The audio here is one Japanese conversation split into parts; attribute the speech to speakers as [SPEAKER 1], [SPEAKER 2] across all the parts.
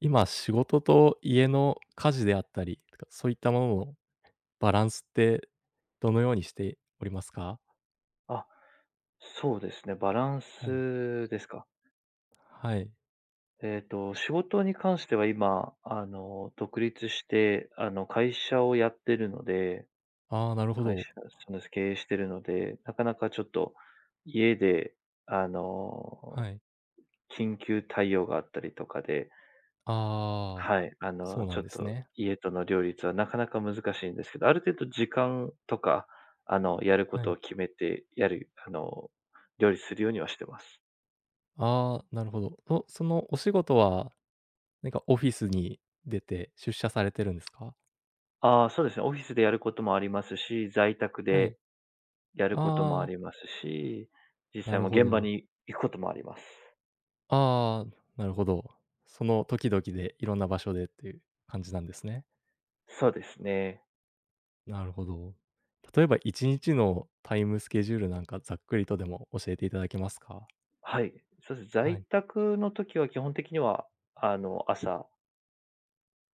[SPEAKER 1] 今、仕事と家の家事であったりとか、そういったもののバランスってどのようにしておりますか？
[SPEAKER 2] あ、そうですね、バラン
[SPEAKER 1] はい。
[SPEAKER 2] スですか。
[SPEAKER 1] はい。
[SPEAKER 2] 仕事に関しては今、独立して、会社をやってるので、
[SPEAKER 1] ああ、なるほ
[SPEAKER 2] 会社、
[SPEAKER 1] ど。
[SPEAKER 2] そうです、経営してるので、なかなかちょっと家で、あの、
[SPEAKER 1] はい。
[SPEAKER 2] 緊急対応があったりとかで、
[SPEAKER 1] ああ、
[SPEAKER 2] はい、
[SPEAKER 1] そうな
[SPEAKER 2] ちょ
[SPEAKER 1] ん
[SPEAKER 2] っ
[SPEAKER 1] です
[SPEAKER 2] と
[SPEAKER 1] ね。
[SPEAKER 2] 家との両立はなかなか難しいんですけど、ある程度時間とか、やるこ
[SPEAKER 1] は
[SPEAKER 2] とを
[SPEAKER 1] い。
[SPEAKER 2] 決めてやる、料理するようにはしてます。
[SPEAKER 1] ああ、なるほど。と、そのお仕事は、なんかオフィスに出社されてるんですか？
[SPEAKER 2] ああ、そうですね。オフィスでやることもありますし、在宅
[SPEAKER 1] はい。
[SPEAKER 2] でやることも
[SPEAKER 1] あ
[SPEAKER 2] あ
[SPEAKER 1] あ、
[SPEAKER 2] りますし、実
[SPEAKER 1] な
[SPEAKER 2] 際
[SPEAKER 1] る
[SPEAKER 2] も
[SPEAKER 1] ほ
[SPEAKER 2] 現場
[SPEAKER 1] ど。
[SPEAKER 2] に行くこともあります。
[SPEAKER 1] ああ、なるほど。その時々でいろんな場所でっていう感じなんですね。
[SPEAKER 2] そうですね。
[SPEAKER 1] なるほど。例えば1日のタイムスケジュールなんかざっくりとでも教えていただけますか？
[SPEAKER 2] はい。そうです。
[SPEAKER 1] は
[SPEAKER 2] 在
[SPEAKER 1] い、
[SPEAKER 2] 宅の時は基本的には、朝、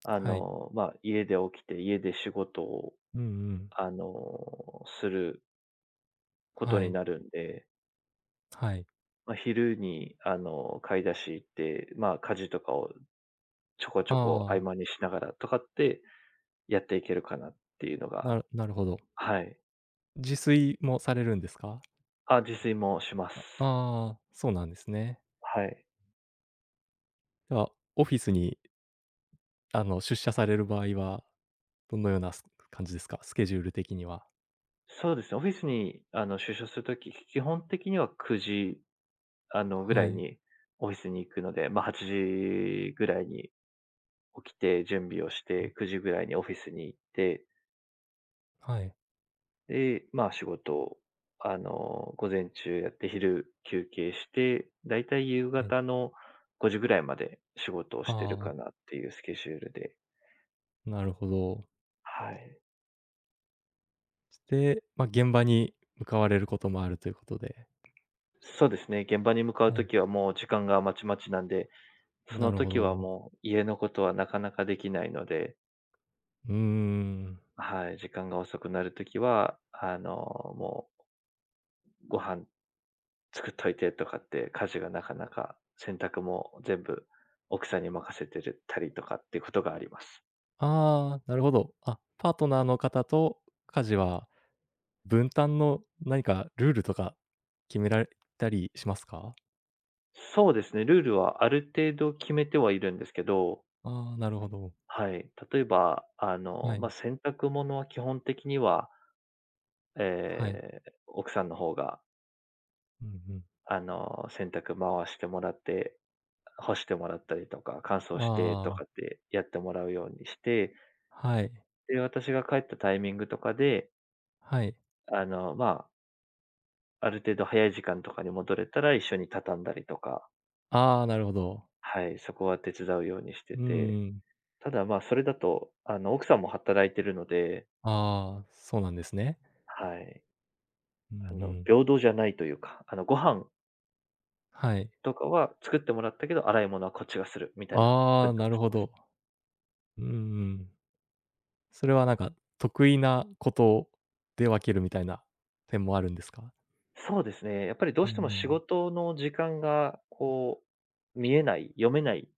[SPEAKER 1] はい。
[SPEAKER 2] まあ、家で起きて、家で仕事を、
[SPEAKER 1] うんうん。
[SPEAKER 2] すること
[SPEAKER 1] は
[SPEAKER 2] に
[SPEAKER 1] い、
[SPEAKER 2] なるんで、
[SPEAKER 1] はい。
[SPEAKER 2] まあ、昼に、買い出し行って、まあ、家事とかをちょこち
[SPEAKER 1] あ
[SPEAKER 2] ょこ合
[SPEAKER 1] あ、
[SPEAKER 2] 間にしながらとかってやっていけるかなっていうの
[SPEAKER 1] な
[SPEAKER 2] が、
[SPEAKER 1] るなるほど。
[SPEAKER 2] はい。
[SPEAKER 1] 自炊もされるんですか？
[SPEAKER 2] あ、自炊もします。
[SPEAKER 1] ああ、そうなんですね。
[SPEAKER 2] はい。
[SPEAKER 1] では、オフィスに、出社される場合は、どのようなす感じですか？スケジュール的には。
[SPEAKER 2] そうですね、オフィスに、出社するとき、基本的には9時、ぐら
[SPEAKER 1] は
[SPEAKER 2] い
[SPEAKER 1] い。
[SPEAKER 2] にオフィスに行くので、まあ、8時ぐらいに起きて準備をし
[SPEAKER 1] う
[SPEAKER 2] て、
[SPEAKER 1] ん。
[SPEAKER 2] 9時ぐらいにオフィスに行って、
[SPEAKER 1] はい、
[SPEAKER 2] で、まあ、仕事を、午前中やって昼休憩して、だいたい夕
[SPEAKER 1] はい。
[SPEAKER 2] 方の5時ぐらいまで仕事をしてる
[SPEAKER 1] あ
[SPEAKER 2] か
[SPEAKER 1] あ、
[SPEAKER 2] なっていうスケジュールで、
[SPEAKER 1] なるほど。
[SPEAKER 2] はい。
[SPEAKER 1] そして、まあ、現場に向かわれることもあるということで。
[SPEAKER 2] そうですね、現場に向かう
[SPEAKER 1] は
[SPEAKER 2] と
[SPEAKER 1] い。
[SPEAKER 2] きはもう時間がまちまちなんで、そ
[SPEAKER 1] な
[SPEAKER 2] の
[SPEAKER 1] るほ
[SPEAKER 2] 時は
[SPEAKER 1] ど。
[SPEAKER 2] もう家のことはなかなかできないので、
[SPEAKER 1] うーん。
[SPEAKER 2] はい、時間が遅くなる時は、もうご飯作っといてとかって、家事がなかなか、洗濯も全部奥さんに任せてるたりとかっていうことがあります。
[SPEAKER 1] ああ、なるほど。あ、パートナーの方と家事は分担の何かルールとか決められたりしますか？
[SPEAKER 2] そうですね、ルールはある程度決めてはいるんですけど、
[SPEAKER 1] ああ、なるほど。
[SPEAKER 2] はい、例えば、
[SPEAKER 1] は
[SPEAKER 2] まあ、
[SPEAKER 1] い。
[SPEAKER 2] 洗濯物は基本的には、
[SPEAKER 1] はい。
[SPEAKER 2] 奥さんの方が、
[SPEAKER 1] うんうん。
[SPEAKER 2] 洗濯回してもらって干してもらったりとか、乾燥
[SPEAKER 1] あ
[SPEAKER 2] してと
[SPEAKER 1] あ、
[SPEAKER 2] かってやってもらうようにして、
[SPEAKER 1] はい。
[SPEAKER 2] で、私が帰ったタイミングとかで、
[SPEAKER 1] はい。
[SPEAKER 2] まあ、ある程度早い時間とかに戻れたら一緒に畳んだりとか、
[SPEAKER 1] ああ、なるほど。
[SPEAKER 2] はい、そこは手伝うようにして
[SPEAKER 1] うん
[SPEAKER 2] て、
[SPEAKER 1] うん。
[SPEAKER 2] ただまあ、それだと、奥さんも働いてるので、
[SPEAKER 1] ああ、そうなんですね。
[SPEAKER 2] はい、
[SPEAKER 1] うんうん。
[SPEAKER 2] 平等じゃないというか、ご飯
[SPEAKER 1] はい。
[SPEAKER 2] とかは作ってもらったけど、洗い物はこっちがするみたいな
[SPEAKER 1] あ
[SPEAKER 2] 分
[SPEAKER 1] あ、
[SPEAKER 2] 担
[SPEAKER 1] な
[SPEAKER 2] を
[SPEAKER 1] る
[SPEAKER 2] して
[SPEAKER 1] ほ
[SPEAKER 2] ます。
[SPEAKER 1] ど。うんうん。それはなんか得意なことで分けるみたいな点もあるんですか？
[SPEAKER 2] そうですね。やっぱりどう
[SPEAKER 1] うん
[SPEAKER 2] し
[SPEAKER 1] う
[SPEAKER 2] ても仕
[SPEAKER 1] ん。
[SPEAKER 2] 事の時間が、こう、見えない、読めない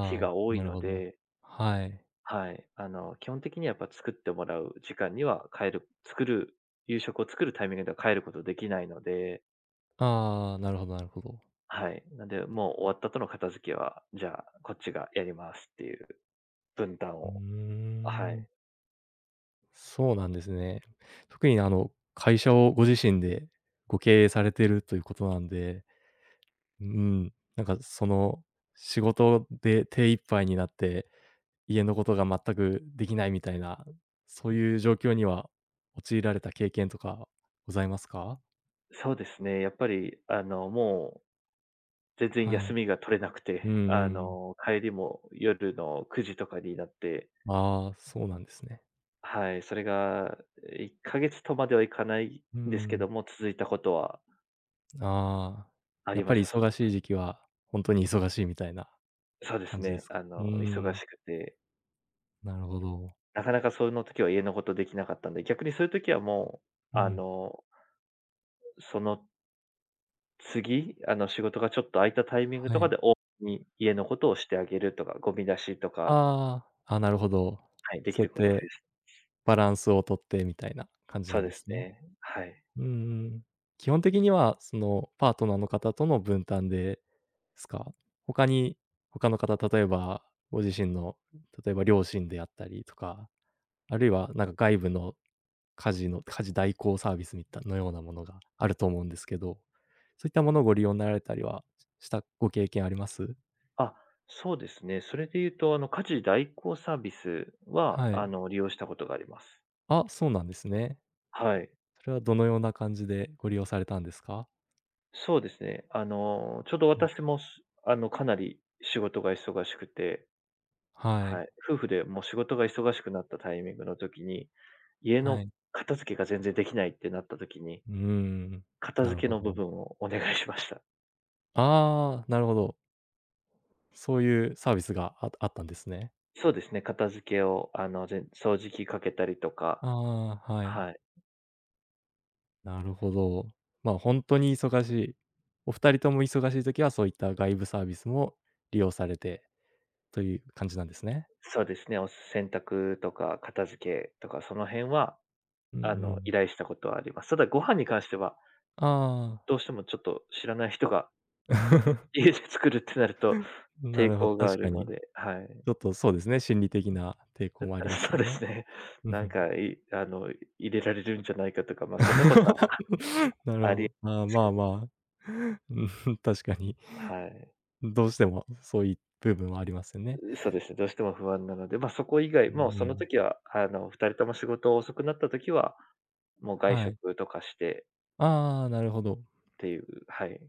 [SPEAKER 2] 日が
[SPEAKER 1] あ、
[SPEAKER 2] 多い
[SPEAKER 1] なる
[SPEAKER 2] の
[SPEAKER 1] ほど
[SPEAKER 2] で、
[SPEAKER 1] はい。
[SPEAKER 2] はい。基本的にはやっぱ作ってもらう時間には変える作る夕食を作るタイミングでは変えることできないので、
[SPEAKER 1] ああ、なるほど。
[SPEAKER 2] はい。なんで、もう終わった後の片付けは、じゃあ、こっちがやりますっていう分担
[SPEAKER 1] うー
[SPEAKER 2] を。は
[SPEAKER 1] ん、
[SPEAKER 2] い。
[SPEAKER 1] そうなんですね。特に会社をご自身でご経営されてるということなんで、うん、なんかその、仕事で手一杯になって、家のことが全くできないみたいな、そういう状況には陥られた経験とかございますか？
[SPEAKER 2] そうですね。やっぱり、もう、全然
[SPEAKER 1] は
[SPEAKER 2] 休
[SPEAKER 1] い。
[SPEAKER 2] みが取れなく
[SPEAKER 1] う
[SPEAKER 2] て、
[SPEAKER 1] んうん。
[SPEAKER 2] 帰りも夜の9時とかになって、
[SPEAKER 1] ああ、そうなんですね。
[SPEAKER 2] はい。それが、1ヶ月とまではいかない
[SPEAKER 1] う
[SPEAKER 2] んですけ
[SPEAKER 1] ん。
[SPEAKER 2] ども、続いたことは
[SPEAKER 1] ああ、
[SPEAKER 2] あ
[SPEAKER 1] や
[SPEAKER 2] り
[SPEAKER 1] っ
[SPEAKER 2] ま
[SPEAKER 1] ぱ
[SPEAKER 2] し
[SPEAKER 1] り
[SPEAKER 2] た。そ
[SPEAKER 1] 忙
[SPEAKER 2] の
[SPEAKER 1] しい時期は、ほんとに忙しいみたいな
[SPEAKER 2] そうです
[SPEAKER 1] 感じで
[SPEAKER 2] ね。
[SPEAKER 1] すか？うー
[SPEAKER 2] 忙
[SPEAKER 1] ん、
[SPEAKER 2] しくて、
[SPEAKER 1] なるほど。
[SPEAKER 2] なかなかその時は家のことできなかったんで、逆にそういう時はもう、
[SPEAKER 1] う
[SPEAKER 2] あ
[SPEAKER 1] ん、
[SPEAKER 2] の、その次、仕事がちょっと空いたタイミングと
[SPEAKER 1] は
[SPEAKER 2] か
[SPEAKER 1] い。
[SPEAKER 2] で、多めに家のことをしてあげるとか、ゴミ出しとか、
[SPEAKER 1] ああ、あ、なるほど。
[SPEAKER 2] はい、でき
[SPEAKER 1] そうや
[SPEAKER 2] る
[SPEAKER 1] っ
[SPEAKER 2] こと増
[SPEAKER 1] て
[SPEAKER 2] やす。
[SPEAKER 1] バランスをとってみたいな感じ
[SPEAKER 2] そ
[SPEAKER 1] な
[SPEAKER 2] う
[SPEAKER 1] ん
[SPEAKER 2] で
[SPEAKER 1] で
[SPEAKER 2] す
[SPEAKER 1] すね。
[SPEAKER 2] ね。はい。
[SPEAKER 1] うんうん。基本的には、その、パートナーの方との分担ですか？他に他の方、例えばご自身の、例えば両親であったりとか、あるいはなんか外部の家事の家事代行サービスみたいのようなものがあると思うんですけど、そういったものをご利用になられたりはしたご経験あります？
[SPEAKER 2] あ、そうですね。それで言うと、家事代行サービスは、
[SPEAKER 1] はい。
[SPEAKER 2] 利用したことがあります。
[SPEAKER 1] あ、そうなんですね。
[SPEAKER 2] はい。
[SPEAKER 1] それはどのような感じでご利用されたんですか？
[SPEAKER 2] そうですね。ちょうど
[SPEAKER 1] うん。
[SPEAKER 2] 私もす、かなり仕事が忙しくて、
[SPEAKER 1] はい。
[SPEAKER 2] はい。夫婦でもう仕事が忙しくなったタイミングの時に、家
[SPEAKER 1] は
[SPEAKER 2] の
[SPEAKER 1] い。
[SPEAKER 2] 片付けが全然できないってなった時に、
[SPEAKER 1] うーん。
[SPEAKER 2] 片
[SPEAKER 1] な
[SPEAKER 2] 付
[SPEAKER 1] る
[SPEAKER 2] け
[SPEAKER 1] ほ
[SPEAKER 2] の部
[SPEAKER 1] ど。
[SPEAKER 2] 分をお願いしました。
[SPEAKER 1] ああ、なるほど。そういうサービスがあったんですね。
[SPEAKER 2] そうですね、片付けを、掃除機かけたりとか、
[SPEAKER 1] ああ、はい。
[SPEAKER 2] はい。
[SPEAKER 1] なるほど。まあ、ほんとに忙しい、お二人とも忙しい時はそういった外部サービスも利用されてという感じなんですね。
[SPEAKER 2] そうですね、お洗濯とか片付けとか、その辺は、
[SPEAKER 1] うんう
[SPEAKER 2] 依
[SPEAKER 1] ん。
[SPEAKER 2] 頼したことはあります。ただご飯に関しては、
[SPEAKER 1] ああ。
[SPEAKER 2] どうしてもちょっと知らない人が 家 で作るってなると
[SPEAKER 1] な
[SPEAKER 2] 抵
[SPEAKER 1] るほど
[SPEAKER 2] 抗があ
[SPEAKER 1] 確
[SPEAKER 2] る
[SPEAKER 1] か
[SPEAKER 2] の
[SPEAKER 1] に。
[SPEAKER 2] で、はい。
[SPEAKER 1] ちょっとそうですね、心理的な抵抗もあ ります
[SPEAKER 2] そう
[SPEAKER 1] よ
[SPEAKER 2] で
[SPEAKER 1] ね。
[SPEAKER 2] すね。
[SPEAKER 1] うん
[SPEAKER 2] な
[SPEAKER 1] ふ
[SPEAKER 2] ん
[SPEAKER 1] ん
[SPEAKER 2] か、いあの、入れられるんじゃないかとか、まあ、そんなことは
[SPEAKER 1] なる
[SPEAKER 2] あ
[SPEAKER 1] ほ
[SPEAKER 2] りえ
[SPEAKER 1] ど。
[SPEAKER 2] ま
[SPEAKER 1] あー
[SPEAKER 2] す
[SPEAKER 1] ま
[SPEAKER 2] け
[SPEAKER 1] あ
[SPEAKER 2] ど、
[SPEAKER 1] まあ。うん、確かに。
[SPEAKER 2] はい。
[SPEAKER 1] どうしてもそういう部分はありますよね。
[SPEAKER 2] そうですね、どうしても不安なので、まあ、そこ以外、
[SPEAKER 1] うん
[SPEAKER 2] もう
[SPEAKER 1] う
[SPEAKER 2] その
[SPEAKER 1] ん。
[SPEAKER 2] 時は、2人とも仕事遅くなった時は、もう外
[SPEAKER 1] はい。
[SPEAKER 2] 食とかして
[SPEAKER 1] ああ、なるほど。
[SPEAKER 2] っていうはい。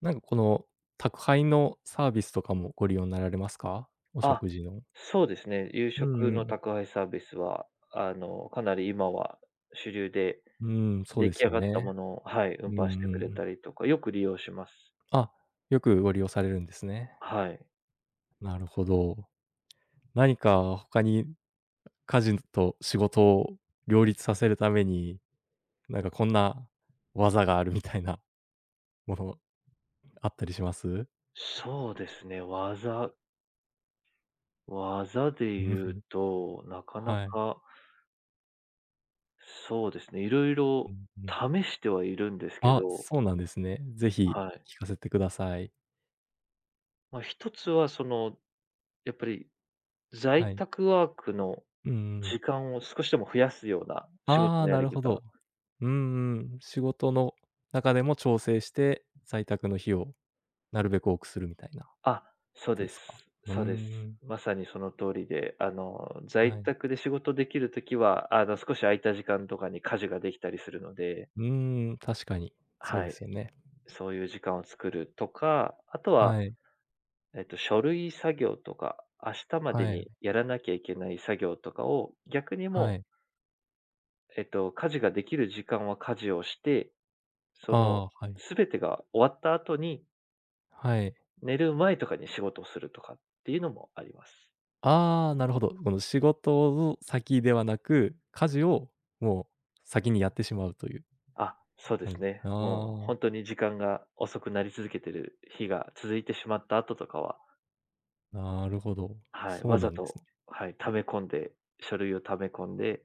[SPEAKER 1] なんかこの宅配のサービスとかもご利用になられますか？お
[SPEAKER 2] あ、
[SPEAKER 1] 食事の。
[SPEAKER 2] そうですね、夕
[SPEAKER 1] う
[SPEAKER 2] 食
[SPEAKER 1] んう
[SPEAKER 2] の
[SPEAKER 1] ん。
[SPEAKER 2] 宅配サービスは、かなり今は主流で、
[SPEAKER 1] うん、そう
[SPEAKER 2] 出
[SPEAKER 1] で
[SPEAKER 2] 来
[SPEAKER 1] す
[SPEAKER 2] 上
[SPEAKER 1] よ
[SPEAKER 2] がったも
[SPEAKER 1] ね。
[SPEAKER 2] のをはい、
[SPEAKER 1] う
[SPEAKER 2] 運
[SPEAKER 1] んう
[SPEAKER 2] 搬してくれた
[SPEAKER 1] ん。
[SPEAKER 2] りとか、よく利用します。
[SPEAKER 1] あ、よくご利用されるんですね。
[SPEAKER 2] はい。
[SPEAKER 1] なるほど。何か他に家事と仕事を両立させるために、なんかこんな技があるみたいな ものあったりします？
[SPEAKER 2] そうですね、技で
[SPEAKER 1] うん
[SPEAKER 2] 言
[SPEAKER 1] ふ
[SPEAKER 2] う
[SPEAKER 1] ん。
[SPEAKER 2] と、なかな
[SPEAKER 1] はい。
[SPEAKER 2] か、そうですね、いろい
[SPEAKER 1] う
[SPEAKER 2] ろ
[SPEAKER 1] んうん。
[SPEAKER 2] 試してはいるんですけ
[SPEAKER 1] あ、
[SPEAKER 2] ど、
[SPEAKER 1] そうなんですね。ぜひ
[SPEAKER 2] はい。
[SPEAKER 1] 聞かせてください。
[SPEAKER 2] まあ、一つはその、やっぱり在
[SPEAKER 1] はい。
[SPEAKER 2] 宅ワークの
[SPEAKER 1] うんうんうん。
[SPEAKER 2] 時間を少しでも増やすような仕事
[SPEAKER 1] あ
[SPEAKER 2] の
[SPEAKER 1] あ、
[SPEAKER 2] や
[SPEAKER 1] な
[SPEAKER 2] り
[SPEAKER 1] るほ
[SPEAKER 2] 方。
[SPEAKER 1] ど。うんうん。仕事の中でも調整して、在宅の日をなるべく多くするみたいなこ
[SPEAKER 2] あ、そう
[SPEAKER 1] と
[SPEAKER 2] で
[SPEAKER 1] で
[SPEAKER 2] す。
[SPEAKER 1] すか？うー
[SPEAKER 2] そうです。
[SPEAKER 1] ん。
[SPEAKER 2] まさにその通りで、在
[SPEAKER 1] はい。
[SPEAKER 2] 宅で仕事できる時は、少し空いた時間とかに家事ができたりするので、
[SPEAKER 1] うーん、確かに。そう
[SPEAKER 2] は
[SPEAKER 1] で
[SPEAKER 2] い、
[SPEAKER 1] すよね。
[SPEAKER 2] そういう時間を作るとか、あとは
[SPEAKER 1] はい、
[SPEAKER 2] 書類作業とか、明日まで
[SPEAKER 1] はい、
[SPEAKER 2] にやらなきゃいけない作業とかを、逆に
[SPEAKER 1] は
[SPEAKER 2] も
[SPEAKER 1] い。
[SPEAKER 2] う、家事ができる時間は家事をして、そ
[SPEAKER 1] あ
[SPEAKER 2] の、
[SPEAKER 1] あ、はい、
[SPEAKER 2] すべてが終わった後に、
[SPEAKER 1] はい。
[SPEAKER 2] 寝る前とかに仕事をするとかっていうのもあります。
[SPEAKER 1] ああ、なるほど。この仕事の先ではなく、家事をもう先にやってしまうという
[SPEAKER 2] あ、そうで
[SPEAKER 1] 感じ。
[SPEAKER 2] すね。もう
[SPEAKER 1] ああ、
[SPEAKER 2] 本当に時間が遅くなり続けてる日が続いてしまった後とかは、
[SPEAKER 1] なるほど。
[SPEAKER 2] はい、
[SPEAKER 1] そ
[SPEAKER 2] わ
[SPEAKER 1] うな
[SPEAKER 2] ざ
[SPEAKER 1] んです
[SPEAKER 2] と、
[SPEAKER 1] ね。
[SPEAKER 2] はい、溜め込んで、書類を溜め込んで、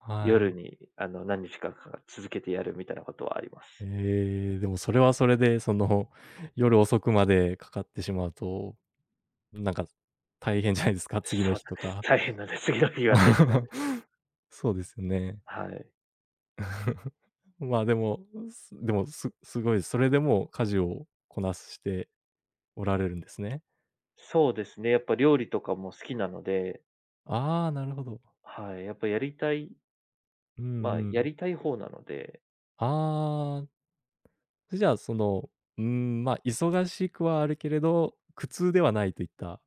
[SPEAKER 1] は
[SPEAKER 2] 夜
[SPEAKER 1] い。
[SPEAKER 2] に、何日かか続けてやるみたいなことはあります。
[SPEAKER 1] ええ、でもそれはそれで、その、夜遅くまでかかってしまうと、なんか大変じゃないですか、次の
[SPEAKER 2] そうな
[SPEAKER 1] 日と
[SPEAKER 2] んです。
[SPEAKER 1] か。
[SPEAKER 2] 大変なんです。次の日は大変なんです。
[SPEAKER 1] そうですよね。
[SPEAKER 2] はい。
[SPEAKER 1] まあ、でも、すごい、それでも家事をこなしておられるんですね。
[SPEAKER 2] そうですね、やっぱ料理とかも好きなので、
[SPEAKER 1] ああ、なるほど。
[SPEAKER 2] はい、やっぱやりたい
[SPEAKER 1] うんう
[SPEAKER 2] まあ、や
[SPEAKER 1] ん。
[SPEAKER 2] りたい方なので、
[SPEAKER 1] ああ、じゃあ、その、うん、まあ、忙しくはあるけれど、苦痛ではないといった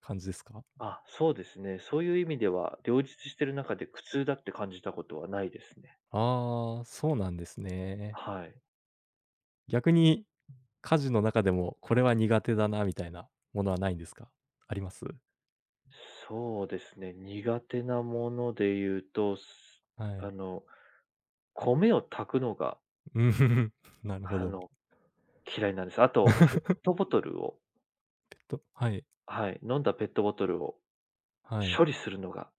[SPEAKER 1] 感じですか？
[SPEAKER 2] あ、そうですね、そういう意味では、両立してる中で苦痛だって感じたことはないですね。
[SPEAKER 1] ああー、そうなんですね。
[SPEAKER 2] はい。
[SPEAKER 1] 逆に家事の中でも、これは苦手だなみたいなものはないんですか？あります？
[SPEAKER 2] そうですね、苦手なもので言うと、
[SPEAKER 1] は
[SPEAKER 2] あ
[SPEAKER 1] い。
[SPEAKER 2] の、米を炊くのが、
[SPEAKER 1] うんふふ、なるほ
[SPEAKER 2] あ
[SPEAKER 1] ど。
[SPEAKER 2] の、嫌いなんです。あと、ペッ トボトルを
[SPEAKER 1] えっと、はい、
[SPEAKER 2] はい、飲んだペットボトルを
[SPEAKER 1] はい。
[SPEAKER 2] 処理するのが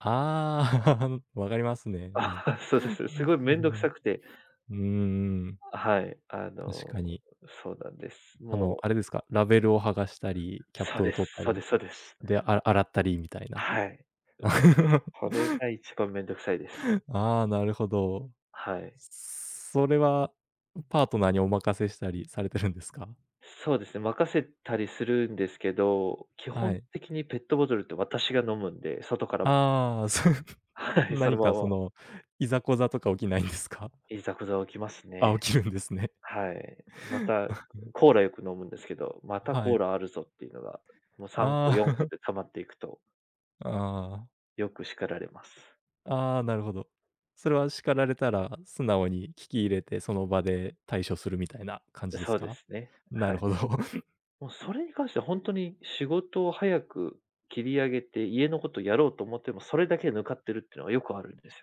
[SPEAKER 1] ああ、分かりますね。
[SPEAKER 2] あ、
[SPEAKER 1] なんか
[SPEAKER 2] そうです。
[SPEAKER 1] う
[SPEAKER 2] すごいめんどくさ
[SPEAKER 1] ん
[SPEAKER 2] くて、
[SPEAKER 1] うんうん。うんうんうん。
[SPEAKER 2] はい、
[SPEAKER 1] 確かに。
[SPEAKER 2] そうなんです。もう、
[SPEAKER 1] あれですか、ラベルを剥がしたり、キャッ
[SPEAKER 2] そう
[SPEAKER 1] プ
[SPEAKER 2] で
[SPEAKER 1] を
[SPEAKER 2] す
[SPEAKER 1] 取った
[SPEAKER 2] そう
[SPEAKER 1] り、
[SPEAKER 2] ですそうです。
[SPEAKER 1] で、あ洗ったりみたいな。
[SPEAKER 2] はい。もう、それが一番めんどくさいです。
[SPEAKER 1] ああ、なるほど。
[SPEAKER 2] はい。
[SPEAKER 1] それは、パートナーにお任せしたりされてるんですか？
[SPEAKER 2] そうですね、任せたりするんですけど、基
[SPEAKER 1] は
[SPEAKER 2] 本
[SPEAKER 1] い。
[SPEAKER 2] 的にペットボトルって私が飲むんで、外から
[SPEAKER 1] ああ、そう
[SPEAKER 2] はい、その
[SPEAKER 1] 何
[SPEAKER 2] ま
[SPEAKER 1] かそ
[SPEAKER 2] ま
[SPEAKER 1] の、いざこざとか起きないんですか？
[SPEAKER 2] いざこざ起きます
[SPEAKER 1] あ、
[SPEAKER 2] ね。
[SPEAKER 1] 起きるんですね。
[SPEAKER 2] はい。また、コーラよく飲むんですけど、また
[SPEAKER 1] は
[SPEAKER 2] コー
[SPEAKER 1] い。
[SPEAKER 2] ラあるぞっていうのが、もう3個4個
[SPEAKER 1] あ
[SPEAKER 2] で溜まっていくと、
[SPEAKER 1] あ、ああ。
[SPEAKER 2] よく叱られます。
[SPEAKER 1] ああ、なるほど。それは叱られたら、素直に聞き入れて、その場で対処するみたいな感じです
[SPEAKER 2] そうで
[SPEAKER 1] か？
[SPEAKER 2] すね。
[SPEAKER 1] な
[SPEAKER 2] は
[SPEAKER 1] る
[SPEAKER 2] い。
[SPEAKER 1] ほど。
[SPEAKER 2] もうそれに関しては本当に仕事を早く切り上げて、家のことやろうと思っても、それだけで抜かってるっていうのはよくあるんです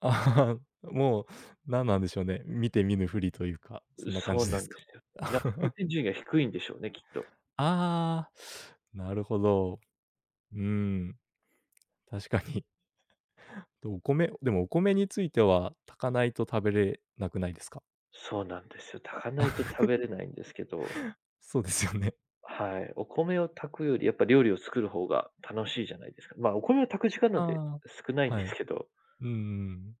[SPEAKER 1] ああ、もう、何なんでしょうね、見て見ぬふりというか、
[SPEAKER 2] よ
[SPEAKER 1] そ
[SPEAKER 2] ね。
[SPEAKER 1] んな感
[SPEAKER 2] そう
[SPEAKER 1] じで
[SPEAKER 2] なん
[SPEAKER 1] す
[SPEAKER 2] で
[SPEAKER 1] か？
[SPEAKER 2] すよね。優先順位が低いんでしょうね、きっと。
[SPEAKER 1] ああ、なるほど。うーん、確かに。と、お米については、炊かないと食べれなくないですか？
[SPEAKER 2] そうなんですよ。炊かないと食べれないんですけど、
[SPEAKER 1] そうですよね。
[SPEAKER 2] はい。お米を炊くよりやっぱ料理を作る方が楽しいじゃないですか。まあ、お米を炊く時間 なんて
[SPEAKER 1] あ
[SPEAKER 2] 少ない
[SPEAKER 1] あ、
[SPEAKER 2] ん
[SPEAKER 1] は
[SPEAKER 2] で
[SPEAKER 1] い。
[SPEAKER 2] す
[SPEAKER 1] う
[SPEAKER 2] けど
[SPEAKER 1] うんうん。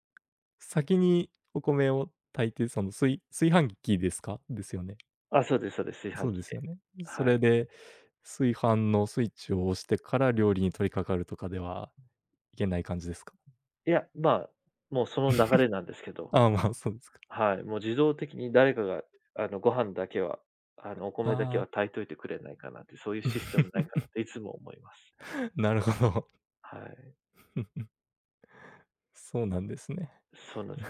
[SPEAKER 1] 先にお米を炊いて、その、炊飯器ですか？ですよね。
[SPEAKER 2] あ、そうですそうです、炊
[SPEAKER 1] そ
[SPEAKER 2] 飯
[SPEAKER 1] うで
[SPEAKER 2] 器
[SPEAKER 1] すよ
[SPEAKER 2] で。
[SPEAKER 1] ね。そ
[SPEAKER 2] はい。
[SPEAKER 1] れで、炊飯のスイッチを押してから料理に取り掛かるとかではいけない感じですか？
[SPEAKER 2] いや、まあ、もうその流 れなんですけど。
[SPEAKER 1] ああ、まあ、そうですか。
[SPEAKER 2] はい、もう自動的に誰かが、ご飯だけは、お米だけ
[SPEAKER 1] あ
[SPEAKER 2] は
[SPEAKER 1] あ。
[SPEAKER 2] 炊いといてくれないかなって、そういうシステムない かなっていつも思います。
[SPEAKER 1] なるほど。
[SPEAKER 2] はい。
[SPEAKER 1] そうなんですね。
[SPEAKER 2] そうなんです。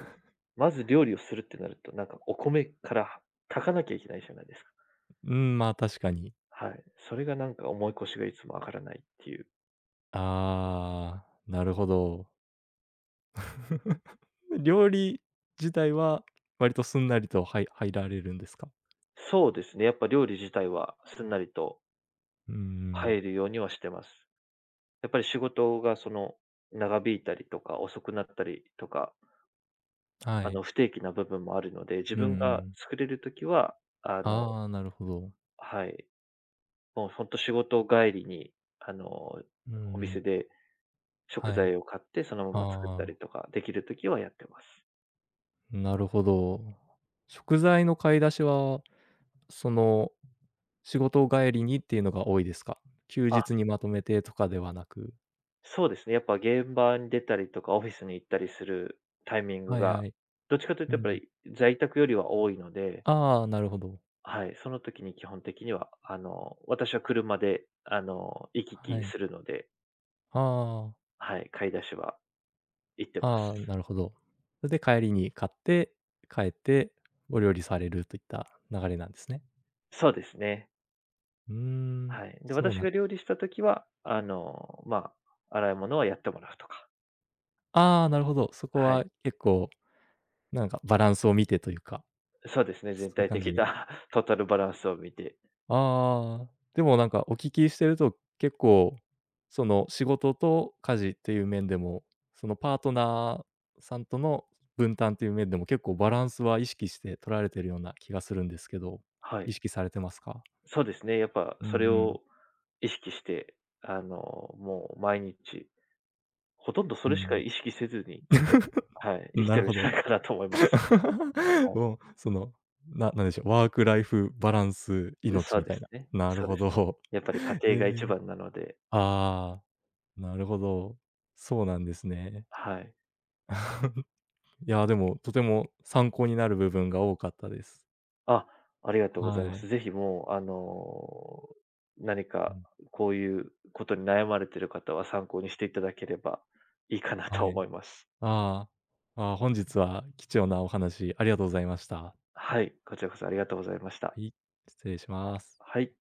[SPEAKER 2] まず料理をするってなると、なんかお米から炊かなきゃいけないじゃないですか。
[SPEAKER 1] うん、まあ、確かに。
[SPEAKER 2] はい。それがなんか思い越しがいつも上がらないっていう。
[SPEAKER 1] ああ、なるほど。料理自体は割とすんなりと入られるんですか？
[SPEAKER 2] そうですね。やっぱ料理自体はすんなりと
[SPEAKER 1] うんうん。
[SPEAKER 2] 入るようにはしてます。やっぱり仕事がその長引いたりとか遅くなったりとか
[SPEAKER 1] はい。
[SPEAKER 2] 不定期な部分もあるので、自
[SPEAKER 1] うんう
[SPEAKER 2] 分が
[SPEAKER 1] ん。
[SPEAKER 2] 作れるときは、あの
[SPEAKER 1] ああ、なるほど。
[SPEAKER 2] はい、もう本当仕事帰りに、あの、
[SPEAKER 1] うん
[SPEAKER 2] お
[SPEAKER 1] う
[SPEAKER 2] 店
[SPEAKER 1] ん。
[SPEAKER 2] で食
[SPEAKER 1] はい。
[SPEAKER 2] 材を買って、その
[SPEAKER 1] あ
[SPEAKER 2] ま
[SPEAKER 1] あ
[SPEAKER 2] ま作った
[SPEAKER 1] あ
[SPEAKER 2] り
[SPEAKER 1] あ。
[SPEAKER 2] とかできるときはやってます。
[SPEAKER 1] なるほど。食材の買い出しは、その、仕事帰りにっていうのが多いですか？休
[SPEAKER 2] あ、
[SPEAKER 1] 日にまとめてとかではなく。
[SPEAKER 2] そうですね。やっぱ現場に出たりとか、オフィスに行ったりするタイミング
[SPEAKER 1] はい
[SPEAKER 2] が、
[SPEAKER 1] はい。
[SPEAKER 2] どっちかというと
[SPEAKER 1] う
[SPEAKER 2] やっぱ
[SPEAKER 1] ん。
[SPEAKER 2] り在宅よりは多いので、
[SPEAKER 1] ああ、なるほど。
[SPEAKER 2] はい、その時に基本的には、私は車で、行き
[SPEAKER 1] は
[SPEAKER 2] 来
[SPEAKER 1] い。
[SPEAKER 2] するので、
[SPEAKER 1] ああ、
[SPEAKER 2] はい、買い出しは行ってま
[SPEAKER 1] ああ、
[SPEAKER 2] す。
[SPEAKER 1] なるほど。それで帰りに買って、帰ってお料理されるといった流れなんですね。
[SPEAKER 2] そうですね。
[SPEAKER 1] うーん、
[SPEAKER 2] はい。で、
[SPEAKER 1] そう
[SPEAKER 2] 私
[SPEAKER 1] なん
[SPEAKER 2] が料理した時は、まあ、洗い物はやってもらうとか。
[SPEAKER 1] ああ、なるほど。そこ
[SPEAKER 2] はい。
[SPEAKER 1] は結構なんかバランスを見てというか、
[SPEAKER 2] そうですね、
[SPEAKER 1] そ
[SPEAKER 2] 全
[SPEAKER 1] ういう
[SPEAKER 2] 体
[SPEAKER 1] 感じ
[SPEAKER 2] 的
[SPEAKER 1] で。
[SPEAKER 2] な トータルバランスを見て。
[SPEAKER 1] ああ。でもなんかお聞きしてると、結構、その仕事と家事っていう面でも、そのパートナーさんとの分担っていう面でも結構バランスは意識して取られてるような気がするんですけど、
[SPEAKER 2] は
[SPEAKER 1] 意
[SPEAKER 2] い。
[SPEAKER 1] 識されてますか？
[SPEAKER 2] そうですね、やっぱ
[SPEAKER 1] うんう
[SPEAKER 2] それ
[SPEAKER 1] ん。
[SPEAKER 2] を意識して、もう毎日、ほとんどそ
[SPEAKER 1] う
[SPEAKER 2] れしか
[SPEAKER 1] ん
[SPEAKER 2] 意識せずに、はい、生き
[SPEAKER 1] な
[SPEAKER 2] て
[SPEAKER 1] る
[SPEAKER 2] るん
[SPEAKER 1] ほ
[SPEAKER 2] じ
[SPEAKER 1] ど。
[SPEAKER 2] ゃないかなと思います。は
[SPEAKER 1] もう、その、なんでしょう、ワークライフバランス
[SPEAKER 2] い。
[SPEAKER 1] 命
[SPEAKER 2] そう
[SPEAKER 1] み
[SPEAKER 2] で
[SPEAKER 1] たい
[SPEAKER 2] す
[SPEAKER 1] な。
[SPEAKER 2] ね。
[SPEAKER 1] なる
[SPEAKER 2] そう
[SPEAKER 1] ほ
[SPEAKER 2] ですね。
[SPEAKER 1] ど。
[SPEAKER 2] やっぱり家
[SPEAKER 1] え
[SPEAKER 2] 庭が一
[SPEAKER 1] ー
[SPEAKER 2] 番なので、
[SPEAKER 1] ああ、なるほど。そうなんですね。
[SPEAKER 2] はい。
[SPEAKER 1] いや、でも、とても参考になる部分が多かったです。
[SPEAKER 2] あ、ありがとうございま
[SPEAKER 1] は
[SPEAKER 2] す。
[SPEAKER 1] い。
[SPEAKER 2] ぜひもう、何
[SPEAKER 1] う
[SPEAKER 2] か
[SPEAKER 1] ん、
[SPEAKER 2] こういうことに悩まれている方は参考にしていただければいいかなと
[SPEAKER 1] はい。
[SPEAKER 2] 思います。
[SPEAKER 1] ああ、ああ、本日は貴重なお話ありがとうございました。
[SPEAKER 2] はい、こちらこそありがとうございました。
[SPEAKER 1] はい、失礼します。
[SPEAKER 2] はい。